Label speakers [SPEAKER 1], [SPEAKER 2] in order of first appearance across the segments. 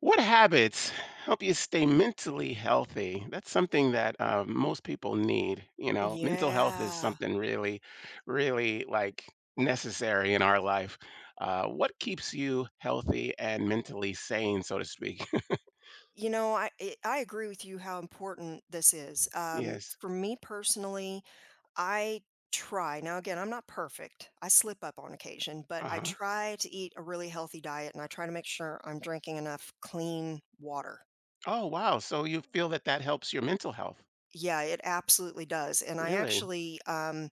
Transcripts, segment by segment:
[SPEAKER 1] What habits help you stay mentally healthy? That's something that most people need. You know, mental health is
[SPEAKER 2] Yeah.
[SPEAKER 1] something really, really like necessary in our life. What keeps you healthy and mentally sane, so to speak?
[SPEAKER 2] You know, I agree with you how important this is.
[SPEAKER 1] Yes.
[SPEAKER 2] For me personally, I try. Now again, I'm not perfect. I slip up on occasion, but
[SPEAKER 1] Uh
[SPEAKER 2] I
[SPEAKER 1] huh.
[SPEAKER 2] try to eat a really healthy diet and I try to make sure I'm drinking enough clean water.
[SPEAKER 1] Oh, wow. So you feel that that helps your mental health?
[SPEAKER 2] Yeah, it absolutely does. And I
[SPEAKER 1] Really?
[SPEAKER 2] actually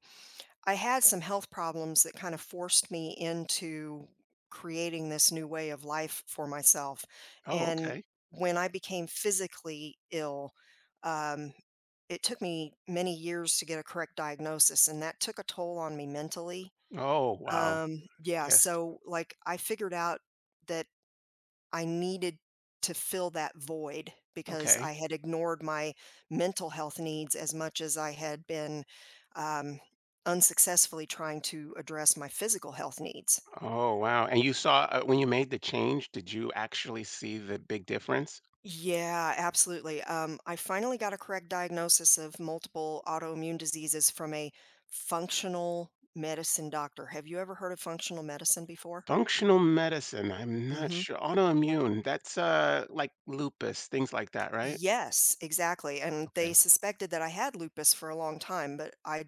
[SPEAKER 2] I had some health problems that kind of forced me into creating this new way of life for myself.
[SPEAKER 1] Oh,
[SPEAKER 2] And
[SPEAKER 1] okay.
[SPEAKER 2] when I became physically ill, um, it took me many years to get a correct diagnosis, and that took a toll on me mentally.
[SPEAKER 1] Oh, wow.
[SPEAKER 2] Yeah,
[SPEAKER 1] Yes.
[SPEAKER 2] so like I figured out that I needed to fill that void because
[SPEAKER 1] Okay.
[SPEAKER 2] I had ignored my mental health needs as much as I had been um, unsuccessfully trying to address my physical health needs.
[SPEAKER 1] Oh, wow. And you saw when you made the change, did you actually see the big difference?
[SPEAKER 2] Yeah, absolutely. I finally got a correct diagnosis of multiple autoimmune diseases from a functional medicine doctor. Have you ever heard of functional medicine before?
[SPEAKER 1] Functional medicine, I'm not
[SPEAKER 2] Hmm.
[SPEAKER 1] sure autoimmune, that's, like lupus, things like that, right?
[SPEAKER 2] Yes, exactly, and they
[SPEAKER 1] Okay,
[SPEAKER 2] suspected that I had lupus for a long time, but I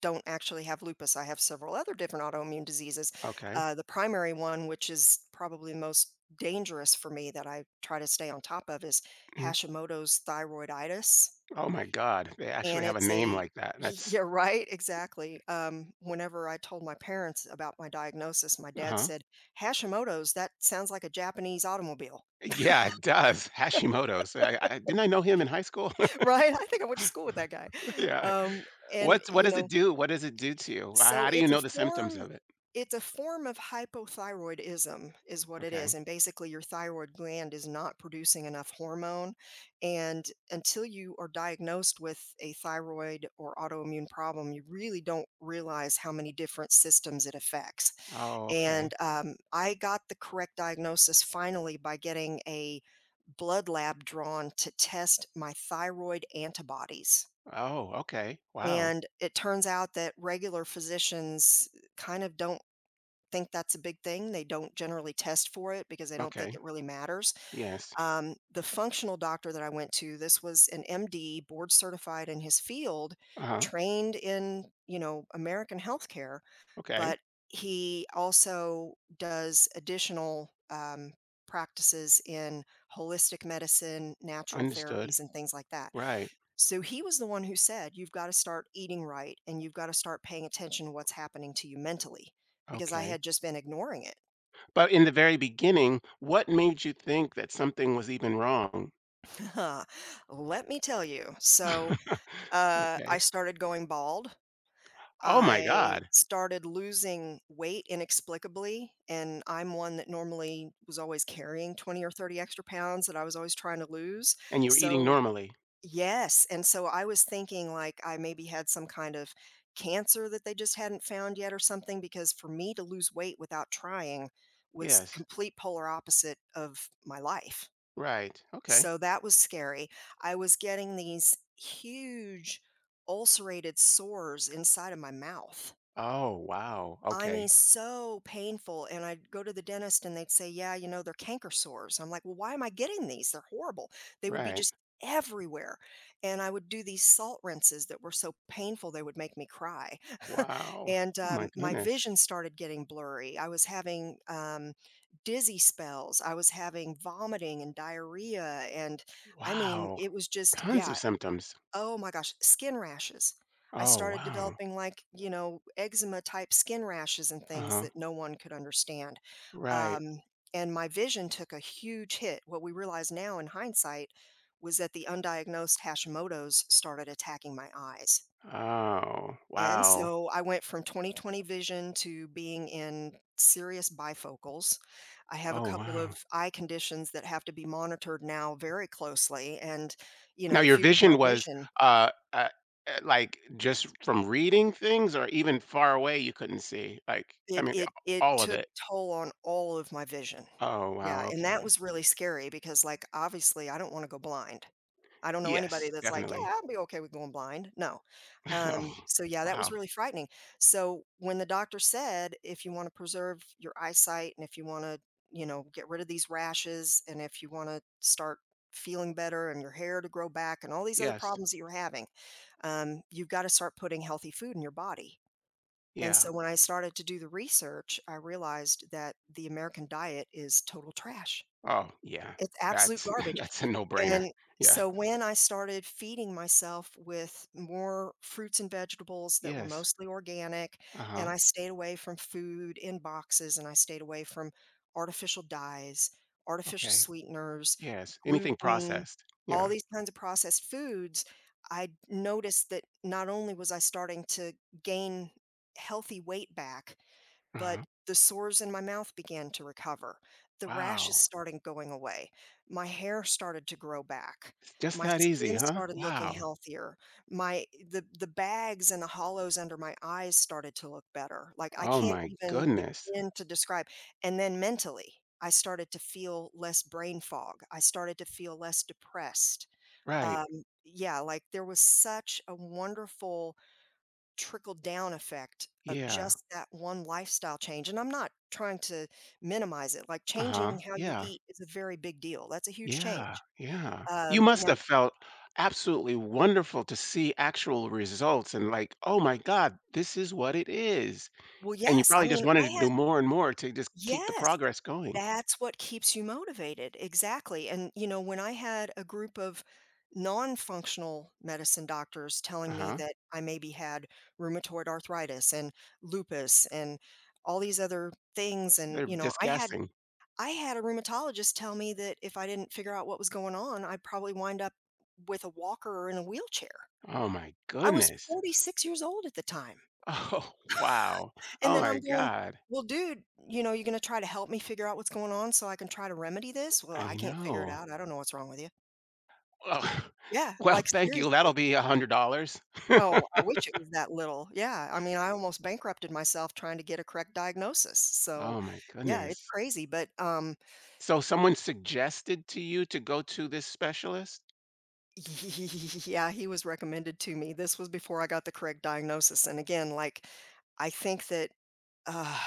[SPEAKER 2] don't actually have lupus, I have several other different autoimmune diseases.
[SPEAKER 1] okay.
[SPEAKER 2] The primary one, which is probably the most dangerous for me that I try to stay on top of, is
[SPEAKER 1] Mhm.
[SPEAKER 2] Hashimoto's thyroiditis,
[SPEAKER 1] Oh my god, they actually
[SPEAKER 2] and
[SPEAKER 1] have a
[SPEAKER 2] it's
[SPEAKER 1] name
[SPEAKER 2] a
[SPEAKER 1] like that, that's.
[SPEAKER 2] yeah, right, exactly. Whenever I told my parents about my diagnosis, my dad
[SPEAKER 1] Uh-huh.
[SPEAKER 2] said, "Hashimoto's, that sounds like a Japanese automobile."
[SPEAKER 1] Yeah, it does, Hashimoto's, I didn't I know him in high school?
[SPEAKER 2] Right? I think I went to school with that guy.
[SPEAKER 1] Yeah.
[SPEAKER 2] Um,
[SPEAKER 1] What
[SPEAKER 2] you
[SPEAKER 1] does it
[SPEAKER 2] know,
[SPEAKER 1] do? What does it do to you? How
[SPEAKER 2] so
[SPEAKER 1] how do you know the symptoms of it?
[SPEAKER 2] it's a form of hypothyroidism is what it
[SPEAKER 1] Okay.
[SPEAKER 2] is, and basically your thyroid gland is not producing enough hormone, and until you are diagnosed with a thyroid or autoimmune problem, you really don't realize how many different systems it affects.
[SPEAKER 1] Oh, okay.
[SPEAKER 2] And, I got the correct diagnosis finally by getting a blood lab drawn to test my thyroid antibodies.
[SPEAKER 1] Oh, okay. Wow.
[SPEAKER 2] And it turns out that regular physicians kind of don't think that's a big thing. They don't generally test for it because they don't think
[SPEAKER 1] Okay.
[SPEAKER 2] it really matters.
[SPEAKER 1] Yes.
[SPEAKER 2] The functional doctor that I went to, this was an MD, board certified in his field,
[SPEAKER 1] Uh-huh.
[SPEAKER 2] trained in, you know, American healthcare,
[SPEAKER 1] Okay.
[SPEAKER 2] but he also does additional practices in holistic medicine, natural
[SPEAKER 1] Understood.
[SPEAKER 2] therapies, and things like that.
[SPEAKER 1] Right.
[SPEAKER 2] So he was the one who said, "You've got to start eating right and you've got to start paying attention to what's happening to you mentally, because I
[SPEAKER 1] Okay.
[SPEAKER 2] had just been ignoring
[SPEAKER 1] But in the very beginning, what made you think that something was even wrong?
[SPEAKER 2] it." Let me tell you. So I
[SPEAKER 1] Okay.
[SPEAKER 2] started going bald.
[SPEAKER 1] Oh my
[SPEAKER 2] I
[SPEAKER 1] god,
[SPEAKER 2] started losing weight inexplicably. And I'm one that normally was always carrying 20 or 30 extra pounds that I was always trying to lose.
[SPEAKER 1] and you were eating
[SPEAKER 2] So
[SPEAKER 1] normally.
[SPEAKER 2] yes, and so I was thinking, like, I maybe had some kind of cancer that they just hadn't found yet or something, because for me to lose weight without trying was
[SPEAKER 1] Yes.
[SPEAKER 2] complete polar opposite of my life.
[SPEAKER 1] Right. Okay.
[SPEAKER 2] So that was scary. I was getting these huge ulcerated sores inside of my mouth.
[SPEAKER 1] Oh, wow.
[SPEAKER 2] I mean,
[SPEAKER 1] Okay.
[SPEAKER 2] so painful, and I'd go to the dentist and they'd say, "Yeah, you know, they're canker sores." I'm like, "Well, why am I getting these? They're horrible." They would be
[SPEAKER 1] Right.
[SPEAKER 2] just everywhere. And I would do these salt rinses that were so painful they would make me cry.
[SPEAKER 1] Wow.
[SPEAKER 2] And
[SPEAKER 1] Oh my
[SPEAKER 2] my
[SPEAKER 1] goodness.
[SPEAKER 2] vision started getting blurry. I was having dizzy spells. I was having vomiting and diarrhea. And I mean,
[SPEAKER 1] Wow.
[SPEAKER 2] it was just,
[SPEAKER 1] Tons of
[SPEAKER 2] yeah,
[SPEAKER 1] symptoms.
[SPEAKER 2] oh my gosh, skin rashes. I
[SPEAKER 1] Oh,
[SPEAKER 2] started
[SPEAKER 1] wow.
[SPEAKER 2] developing, like, you know, eczema type skin rashes and things
[SPEAKER 1] Uh-huh.
[SPEAKER 2] that no one could understand.
[SPEAKER 1] Right.
[SPEAKER 2] Um, and my vision took a huge hit. What we realize now in hindsight was that the undiagnosed Hashimoto's started attacking my eyes.
[SPEAKER 1] Oh,
[SPEAKER 2] And
[SPEAKER 1] wow.
[SPEAKER 2] so I went from 20/20 vision to being in serious bifocals. I have a
[SPEAKER 1] Oh,
[SPEAKER 2] couple
[SPEAKER 1] wow.
[SPEAKER 2] of eye conditions that have to be monitored now very closely, and you
[SPEAKER 1] Now
[SPEAKER 2] know, the
[SPEAKER 1] your
[SPEAKER 2] future of
[SPEAKER 1] vision
[SPEAKER 2] my
[SPEAKER 1] was,
[SPEAKER 2] vision
[SPEAKER 1] uh, uh, like, just from reading things or even far away you couldn't see? Like, I
[SPEAKER 2] It
[SPEAKER 1] mean,
[SPEAKER 2] it it
[SPEAKER 1] all of
[SPEAKER 2] took
[SPEAKER 1] it?
[SPEAKER 2] a toll on all of my vision.
[SPEAKER 1] Oh, wow,
[SPEAKER 2] Yeah, and that
[SPEAKER 1] okay.
[SPEAKER 2] was really scary because, like, obviously, I don't wanna go blind. I don't know anybody
[SPEAKER 1] Yes,
[SPEAKER 2] that's like, "Yeah,
[SPEAKER 1] definitely.
[SPEAKER 2] I'll be okay with going blind." No.
[SPEAKER 1] Oh,
[SPEAKER 2] So, yeah, that was
[SPEAKER 1] wow.
[SPEAKER 2] really frightening. So, when the doctor said, "If you wanna preserve your eyesight and if you wanna, you know, get rid of these rashes and if you wanna start feeling better and your hair to grow back and all these other
[SPEAKER 1] Yes.
[SPEAKER 2] problems that you're having, you've gotta start putting healthy food in your body." And
[SPEAKER 1] Yeah.
[SPEAKER 2] so when I started to do the research, I realized that the American diet is total trash.
[SPEAKER 1] Oh, yeah.
[SPEAKER 2] It's absolute
[SPEAKER 1] That's
[SPEAKER 2] garbage.
[SPEAKER 1] that's a no-brainer.
[SPEAKER 2] And
[SPEAKER 1] Yeah.
[SPEAKER 2] so when I started feeding myself with more fruits and vegetables that were
[SPEAKER 1] Yes.
[SPEAKER 2] mostly organic, and
[SPEAKER 1] Uh-huh.
[SPEAKER 2] I stayed away from food in boxes and I stayed away from artificial dyes, artificial
[SPEAKER 1] Okay.
[SPEAKER 2] sweeteners,
[SPEAKER 1] Yes. Anything
[SPEAKER 2] gluten,
[SPEAKER 1] processed.
[SPEAKER 2] all
[SPEAKER 1] Yeah.
[SPEAKER 2] these kinds of processed foods, I noticed that not only was I starting to gain healthy weight back, but
[SPEAKER 1] Uh-huh.
[SPEAKER 2] the sores in my mouth began to recover. The rashes
[SPEAKER 1] Wow.
[SPEAKER 2] started going away. My hair started to grow back.
[SPEAKER 1] It's just
[SPEAKER 2] My
[SPEAKER 1] that easy,
[SPEAKER 2] skin
[SPEAKER 1] huh?
[SPEAKER 2] started looking
[SPEAKER 1] Wow.
[SPEAKER 2] healthier. My the bags and the hollows under my eyes started to look better. Like, I
[SPEAKER 1] Oh
[SPEAKER 2] can't
[SPEAKER 1] my
[SPEAKER 2] even
[SPEAKER 1] goodness.
[SPEAKER 2] begin to describe. And then mentally, I started to feel less brain fog. I started to feel less depressed.
[SPEAKER 1] Right.
[SPEAKER 2] Um, yeah, like there was such a wonderful trickle down effect of
[SPEAKER 1] Yeah.
[SPEAKER 2] just that one lifestyle change, and I'm not trying to minimize it, like,
[SPEAKER 1] Uh-huh.
[SPEAKER 2] changing how you
[SPEAKER 1] Yeah.
[SPEAKER 2] eat is a very big deal, that's a huge
[SPEAKER 1] Yeah,
[SPEAKER 2] change.
[SPEAKER 1] yeah. You
[SPEAKER 2] Um,
[SPEAKER 1] must
[SPEAKER 2] now
[SPEAKER 1] have felt absolutely wonderful to see actual results and like, "Oh my god, this is what it is." And you
[SPEAKER 2] yes, I
[SPEAKER 1] probably just
[SPEAKER 2] mean,
[SPEAKER 1] wanted
[SPEAKER 2] I
[SPEAKER 1] to
[SPEAKER 2] had
[SPEAKER 1] do more and more to just keep the
[SPEAKER 2] yes,
[SPEAKER 1] progress going.
[SPEAKER 2] that's what keeps you motivated, exactly, and, you know, when I had a group of non-functional medicine doctors telling me
[SPEAKER 1] Uh-huh.
[SPEAKER 2] that I maybe had rheumatoid arthritis and lupus and all these other things, and,
[SPEAKER 1] They're
[SPEAKER 2] you know,
[SPEAKER 1] disgusting.
[SPEAKER 2] I had a rheumatologist tell me that if I didn't figure out what was going on, I'd probably wind up with a walker or in a wheelchair.
[SPEAKER 1] Oh my
[SPEAKER 2] I was
[SPEAKER 1] goodness.
[SPEAKER 2] 46 years old at the time.
[SPEAKER 1] Oh, wow.
[SPEAKER 2] And
[SPEAKER 1] Oh
[SPEAKER 2] then
[SPEAKER 1] my
[SPEAKER 2] I'm going,
[SPEAKER 1] god.
[SPEAKER 2] well, dude, you know, you're going to try to help me figure out what's going on so I can try to remedy this? Well, I
[SPEAKER 1] I
[SPEAKER 2] can't figure it
[SPEAKER 1] know.
[SPEAKER 2] out. I don't know what's wrong with you.
[SPEAKER 1] Well
[SPEAKER 2] Yeah,
[SPEAKER 1] well,
[SPEAKER 2] like
[SPEAKER 1] thank you. That'll
[SPEAKER 2] seriously.
[SPEAKER 1] be $100.
[SPEAKER 2] Oh, I wish it was that little. Yeah. I mean, I almost bankrupted myself trying to get a correct diagnosis. So,
[SPEAKER 1] Oh my
[SPEAKER 2] yeah, it's
[SPEAKER 1] goodness.
[SPEAKER 2] crazy. But
[SPEAKER 1] So someone suggested to you to go to this specialist?
[SPEAKER 2] Yeah, he was recommended to me. This was before I got the correct diagnosis. And again, like, I think that uh,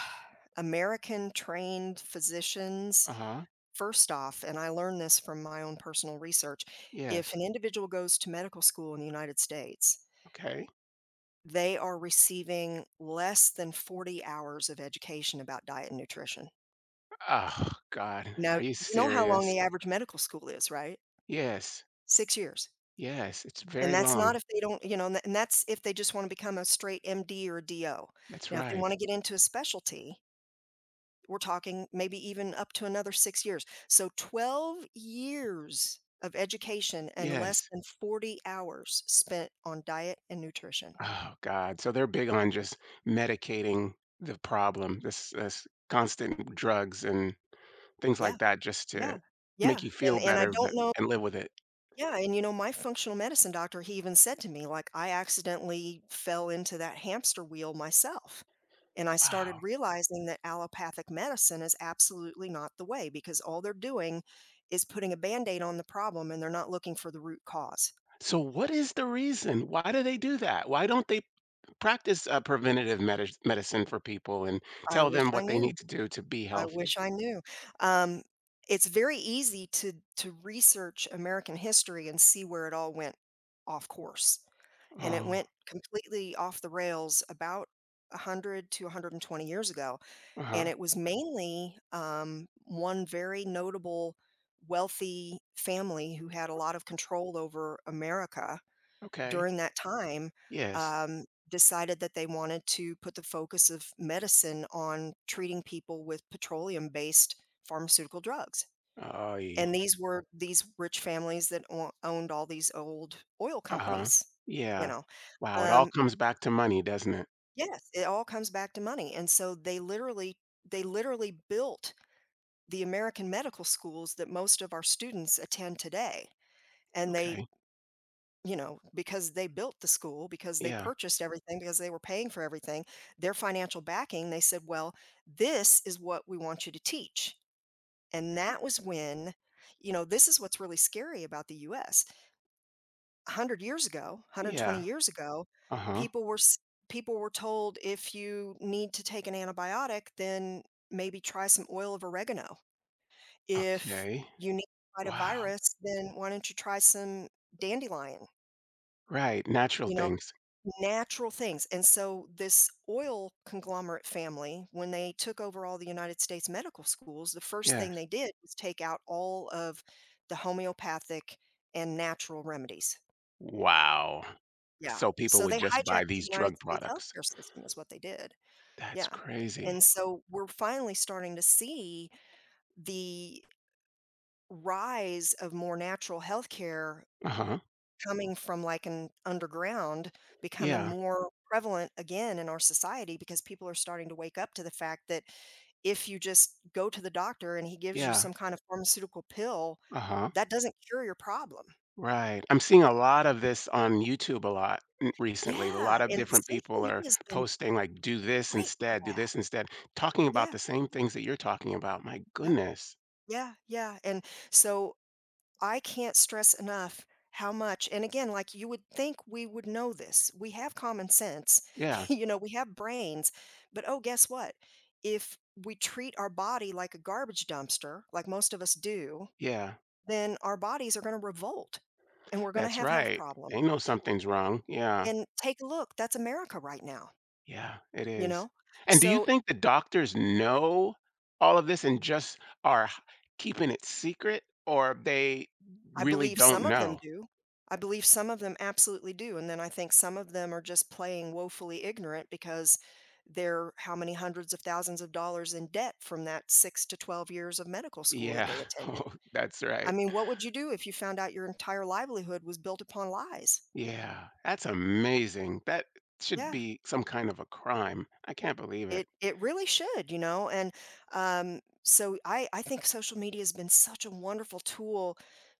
[SPEAKER 2] American trained physicians,
[SPEAKER 1] Uh-huh.
[SPEAKER 2] first off, and I learned this from my own personal research, if
[SPEAKER 1] Yes.
[SPEAKER 2] an individual goes to medical school in the United States,
[SPEAKER 1] Okay.
[SPEAKER 2] they are receiving less than 40 hours of education about diet and nutrition.
[SPEAKER 1] Oh, God, are
[SPEAKER 2] Now,
[SPEAKER 1] you
[SPEAKER 2] you know how long
[SPEAKER 1] serious?
[SPEAKER 2] the average medical school is, right?
[SPEAKER 1] Yes,
[SPEAKER 2] 6 years.
[SPEAKER 1] yes, it's
[SPEAKER 2] And
[SPEAKER 1] very
[SPEAKER 2] that's not
[SPEAKER 1] long.
[SPEAKER 2] if they don't, you know, and that's if they just wanna become a straight MD or DO.
[SPEAKER 1] That's
[SPEAKER 2] Now if they
[SPEAKER 1] right.
[SPEAKER 2] wanna get into a specialty, we're talking maybe even up to another 6 years. So 12 years of education and less
[SPEAKER 1] Yes.
[SPEAKER 2] than 40 hours spent on diet and nutrition.
[SPEAKER 1] Oh, God. So they're big on just medicating the problem, this constant drugs and things
[SPEAKER 2] Yeah,
[SPEAKER 1] like that just to
[SPEAKER 2] yeah,
[SPEAKER 1] make
[SPEAKER 2] yeah,
[SPEAKER 1] you
[SPEAKER 2] and
[SPEAKER 1] feel
[SPEAKER 2] and I
[SPEAKER 1] better
[SPEAKER 2] don't
[SPEAKER 1] but
[SPEAKER 2] know.
[SPEAKER 1] and live with it.
[SPEAKER 2] Yeah, and you know, my functional medicine doctor, he even said to me, like, I accidentally fell into that hamster wheel myself. And I started
[SPEAKER 1] Wow.
[SPEAKER 2] realizing that allopathic medicine is absolutely not the way because all they're doing is putting a band aid on the problem and they're not looking for the root cause.
[SPEAKER 1] So what is the reason? Why do they do that? Why don't they practice preventative medicine for people and
[SPEAKER 2] I
[SPEAKER 1] tell
[SPEAKER 2] wish
[SPEAKER 1] them
[SPEAKER 2] I
[SPEAKER 1] what they need
[SPEAKER 2] knew.
[SPEAKER 1] to do to be
[SPEAKER 2] I
[SPEAKER 1] healthy?
[SPEAKER 2] wish I knew. Um, it's very easy to research American history and see where it all went off course. And it
[SPEAKER 1] Oh,
[SPEAKER 2] went completely off the rails about 100 to 120 years ago. And
[SPEAKER 1] uh-huh.
[SPEAKER 2] it was mainly one very notable wealthy family who had a lot of control over America
[SPEAKER 1] Okay.
[SPEAKER 2] during that time
[SPEAKER 1] Yes.
[SPEAKER 2] decided that they wanted to put the focus of medicine on treating people with petroleum based pharmaceutical drugs.
[SPEAKER 1] Oy.
[SPEAKER 2] And these were these rich families that owned all these old oil
[SPEAKER 1] Uh-huh.
[SPEAKER 2] companies, you
[SPEAKER 1] Yeah.
[SPEAKER 2] know.
[SPEAKER 1] Wow, it all
[SPEAKER 2] Um,
[SPEAKER 1] comes back to money, doesn't it?
[SPEAKER 2] Yes, it all comes back to money, and so they literally built the American medical schools that most of our students attend today. And they,
[SPEAKER 1] Okay.
[SPEAKER 2] you know, because they built the school, because they
[SPEAKER 1] Yeah.
[SPEAKER 2] purchased everything, because they were paying for everything, their financial backing, they said, "Well, this is what we want you to teach." And that was when, you know, this is what's really scary about the US. 100 years ago, 120
[SPEAKER 1] Yeah.
[SPEAKER 2] years ago,
[SPEAKER 1] Uh-huh.
[SPEAKER 2] people were s people were told if you need to take an antibiotic, then maybe try some oil of oregano. If
[SPEAKER 1] Okay.
[SPEAKER 2] you need to fight a
[SPEAKER 1] Wow.
[SPEAKER 2] virus, then why don't you try some dandelion,
[SPEAKER 1] Right, natural
[SPEAKER 2] you know,
[SPEAKER 1] things.
[SPEAKER 2] natural things. And so this oil conglomerate family, when they took over all the United States medical schools, the first
[SPEAKER 1] Yeah.
[SPEAKER 2] thing they did was take out all of the homeopathic and natural remedies.
[SPEAKER 1] Wow.
[SPEAKER 2] Yeah,
[SPEAKER 1] So people
[SPEAKER 2] so
[SPEAKER 1] would
[SPEAKER 2] they
[SPEAKER 1] just buy
[SPEAKER 2] hijacked the
[SPEAKER 1] these
[SPEAKER 2] United
[SPEAKER 1] drug
[SPEAKER 2] States
[SPEAKER 1] products.
[SPEAKER 2] healthcare system is what they did,
[SPEAKER 1] That's
[SPEAKER 2] yeah,
[SPEAKER 1] crazy.
[SPEAKER 2] and so we're finally starting to see the rise of more natural healthcare
[SPEAKER 1] Uh-huh.
[SPEAKER 2] coming from, like, an underground becoming
[SPEAKER 1] Yeah.
[SPEAKER 2] more prevalent again in our society because people are starting to wake up to the fact that if you just go to the doctor and he gives you
[SPEAKER 1] Yeah.
[SPEAKER 2] some kind of pharmaceutical pill,
[SPEAKER 1] Uh-huh.
[SPEAKER 2] that doesn't cure your problem.
[SPEAKER 1] Right. I'm seeing a lot of this on YouTube a lot recently. A
[SPEAKER 2] Yeah,
[SPEAKER 1] lot of
[SPEAKER 2] and
[SPEAKER 1] different
[SPEAKER 2] social
[SPEAKER 1] people are
[SPEAKER 2] media's been
[SPEAKER 1] posting like
[SPEAKER 2] great for
[SPEAKER 1] do
[SPEAKER 2] that.
[SPEAKER 1] this instead, talking about
[SPEAKER 2] Yeah,
[SPEAKER 1] the same things that you're talking about. My
[SPEAKER 2] yep.
[SPEAKER 1] goodness.
[SPEAKER 2] Yeah, yeah, and so I can't stress enough how much and again, like, you would think we would know this. We have common sense,
[SPEAKER 1] Yeah,
[SPEAKER 2] you know, we have brains, but, oh, guess what? If we treat our body like a garbage dumpster, like most of us do,
[SPEAKER 1] yeah,
[SPEAKER 2] then our bodies are gonna revolt, and we're gonna
[SPEAKER 1] that's
[SPEAKER 2] have health
[SPEAKER 1] right.
[SPEAKER 2] problems,
[SPEAKER 1] They know something's wrong. Yeah,
[SPEAKER 2] and take a look, that's America right now,
[SPEAKER 1] yeah, it
[SPEAKER 2] you
[SPEAKER 1] is.
[SPEAKER 2] know?
[SPEAKER 1] And do you
[SPEAKER 2] So
[SPEAKER 1] think the doctors know all of this and just are h keeping it secret, or they
[SPEAKER 2] I
[SPEAKER 1] really
[SPEAKER 2] believe
[SPEAKER 1] don't
[SPEAKER 2] some of
[SPEAKER 1] know?
[SPEAKER 2] them do. I believe some of them absolutely do, and then I think some of them are just playing woefully ignorant because they're how many hundreds of thousands of dollars in debt from that 6 to 12 years of medical school that
[SPEAKER 1] Yeah.
[SPEAKER 2] they attended.
[SPEAKER 1] Oh, that's
[SPEAKER 2] I
[SPEAKER 1] right.
[SPEAKER 2] mean, what would you do if you found out your entire livelihood was built upon lies?
[SPEAKER 1] Yeah, that's amazing. That should
[SPEAKER 2] Yeah.
[SPEAKER 1] be some kind of a crime. I can't believe it.
[SPEAKER 2] It really should, you know, and, so I think social media has been such a wonderful tool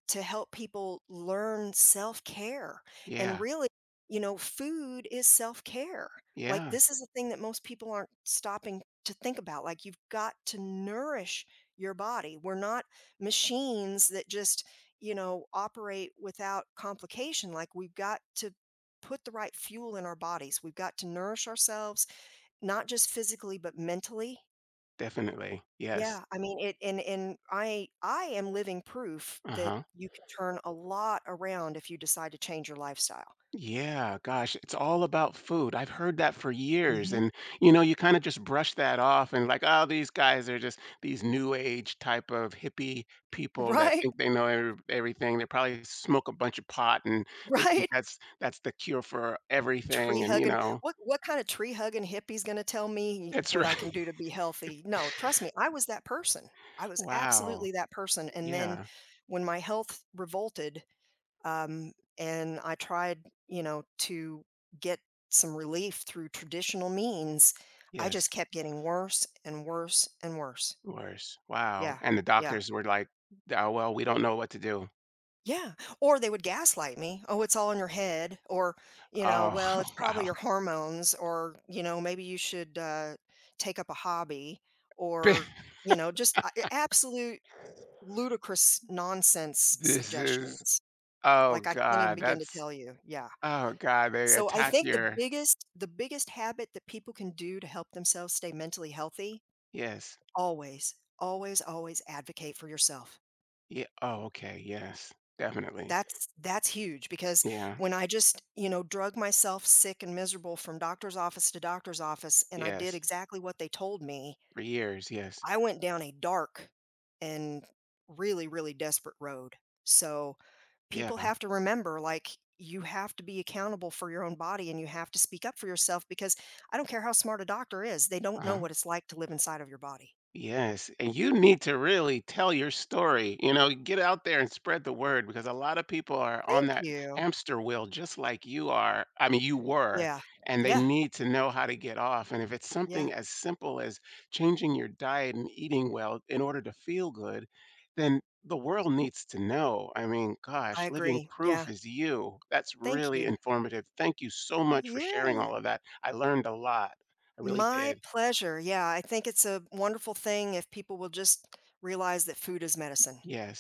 [SPEAKER 2] to help people learn self-care, and
[SPEAKER 1] Yeah,
[SPEAKER 2] really, you know, food is self-care. Like,
[SPEAKER 1] yeah,
[SPEAKER 2] this is a thing that most people aren't stopping to think about, like, you've got to nourish your body. We're not machines that just, you know, operate without complication, like, we've got to put the right fuel in our bodies. We've got to nourish ourselves not just physically, but mentally.
[SPEAKER 1] definitely. Yes.
[SPEAKER 2] Yeah, I mean, it and I am living proof that
[SPEAKER 1] Uh-huh.
[SPEAKER 2] you can turn a lot around if you decide to change your lifestyle.
[SPEAKER 1] Yeah, gosh, it's all about food. I've heard that for years.
[SPEAKER 2] Mhm.
[SPEAKER 1] And, you know, you kind of just brush that off and, like, oh, these guys are just these new age type of hippie people that
[SPEAKER 2] Right,
[SPEAKER 1] think they know everything. They probably smoke a bunch of pot and they think
[SPEAKER 2] right.
[SPEAKER 1] that's the cure for everything.
[SPEAKER 2] Tree
[SPEAKER 1] And, you
[SPEAKER 2] hugging
[SPEAKER 1] know,
[SPEAKER 2] what kind of tree hugging hippie's gonna tell me
[SPEAKER 1] that's
[SPEAKER 2] what I
[SPEAKER 1] right.
[SPEAKER 2] can do to be healthy? No, trust me, I was that person. I was
[SPEAKER 1] Wow.
[SPEAKER 2] absolutely that person, and then
[SPEAKER 1] Yeah.
[SPEAKER 2] when my health revolted um, and I tried, you know, to get some relief through traditional means. I
[SPEAKER 1] Yes.
[SPEAKER 2] just kept getting worse and worse and worse.
[SPEAKER 1] Worse. Wow.
[SPEAKER 2] Yeah,
[SPEAKER 1] And the
[SPEAKER 2] yeah,
[SPEAKER 1] doctors were like, oh, well, we don't know what to do.
[SPEAKER 2] yeah. Or they would gaslight me. Oh, it's all in your head. Or, you know, well, it's
[SPEAKER 1] Oh,
[SPEAKER 2] probably
[SPEAKER 1] wow.
[SPEAKER 2] your hormones. Or, you know, maybe you should take up a hobby. Or, you know, just absolute ludicrous nonsense
[SPEAKER 1] This is.
[SPEAKER 2] suggestions.
[SPEAKER 1] Oh
[SPEAKER 2] Like I can't even
[SPEAKER 1] god,
[SPEAKER 2] begin to
[SPEAKER 1] that's.
[SPEAKER 2] tell you. Yeah.
[SPEAKER 1] Oh god, they
[SPEAKER 2] So I
[SPEAKER 1] attack
[SPEAKER 2] think
[SPEAKER 1] your.
[SPEAKER 2] the biggest habit that people can do to help themselves stay mentally healthy,
[SPEAKER 1] Yes.
[SPEAKER 2] always, always, always advocate for yourself.
[SPEAKER 1] Yeah, oh, okay, yes, definitely.
[SPEAKER 2] That's huge because
[SPEAKER 1] Yeah,
[SPEAKER 2] when I just, you know, drug myself sick and miserable from doctor's office to doctor's office and I did
[SPEAKER 1] yes,
[SPEAKER 2] exactly what they told me,
[SPEAKER 1] for years, yes.
[SPEAKER 2] I went down a dark and really, really desperate road. So people
[SPEAKER 1] Yeah,
[SPEAKER 2] have to remember like you have to be accountable for your own body and you have to speak up for yourself because I don't care how smart a doctor is, they don't know
[SPEAKER 1] uh-huh.
[SPEAKER 2] what it's like to live inside of your body.
[SPEAKER 1] Yes, and you need to really tell your story, you know, get out there and spread the word because a lot of people are on
[SPEAKER 2] Thank
[SPEAKER 1] that
[SPEAKER 2] you.
[SPEAKER 1] hamster wheel just like you are. I mean, you were,
[SPEAKER 2] Yeah.
[SPEAKER 1] and they
[SPEAKER 2] Yeah.
[SPEAKER 1] need to know how to get off. And if it's
[SPEAKER 2] Yeah.
[SPEAKER 1] something as simple as changing your diet and eating well in order to feel good, then the world needs to know. I mean,
[SPEAKER 2] I
[SPEAKER 1] gosh, living
[SPEAKER 2] agree. Yeah.
[SPEAKER 1] proof is you. That's
[SPEAKER 2] Thank
[SPEAKER 1] really
[SPEAKER 2] you.
[SPEAKER 1] informative. Thank you so much for sharing
[SPEAKER 2] Yeah.
[SPEAKER 1] all of that. I learned a lot. I really
[SPEAKER 2] My
[SPEAKER 1] did.
[SPEAKER 2] pleasure. Yeah. I think it's a wonderful thing if people will just realize that food is medicine.
[SPEAKER 1] Yes.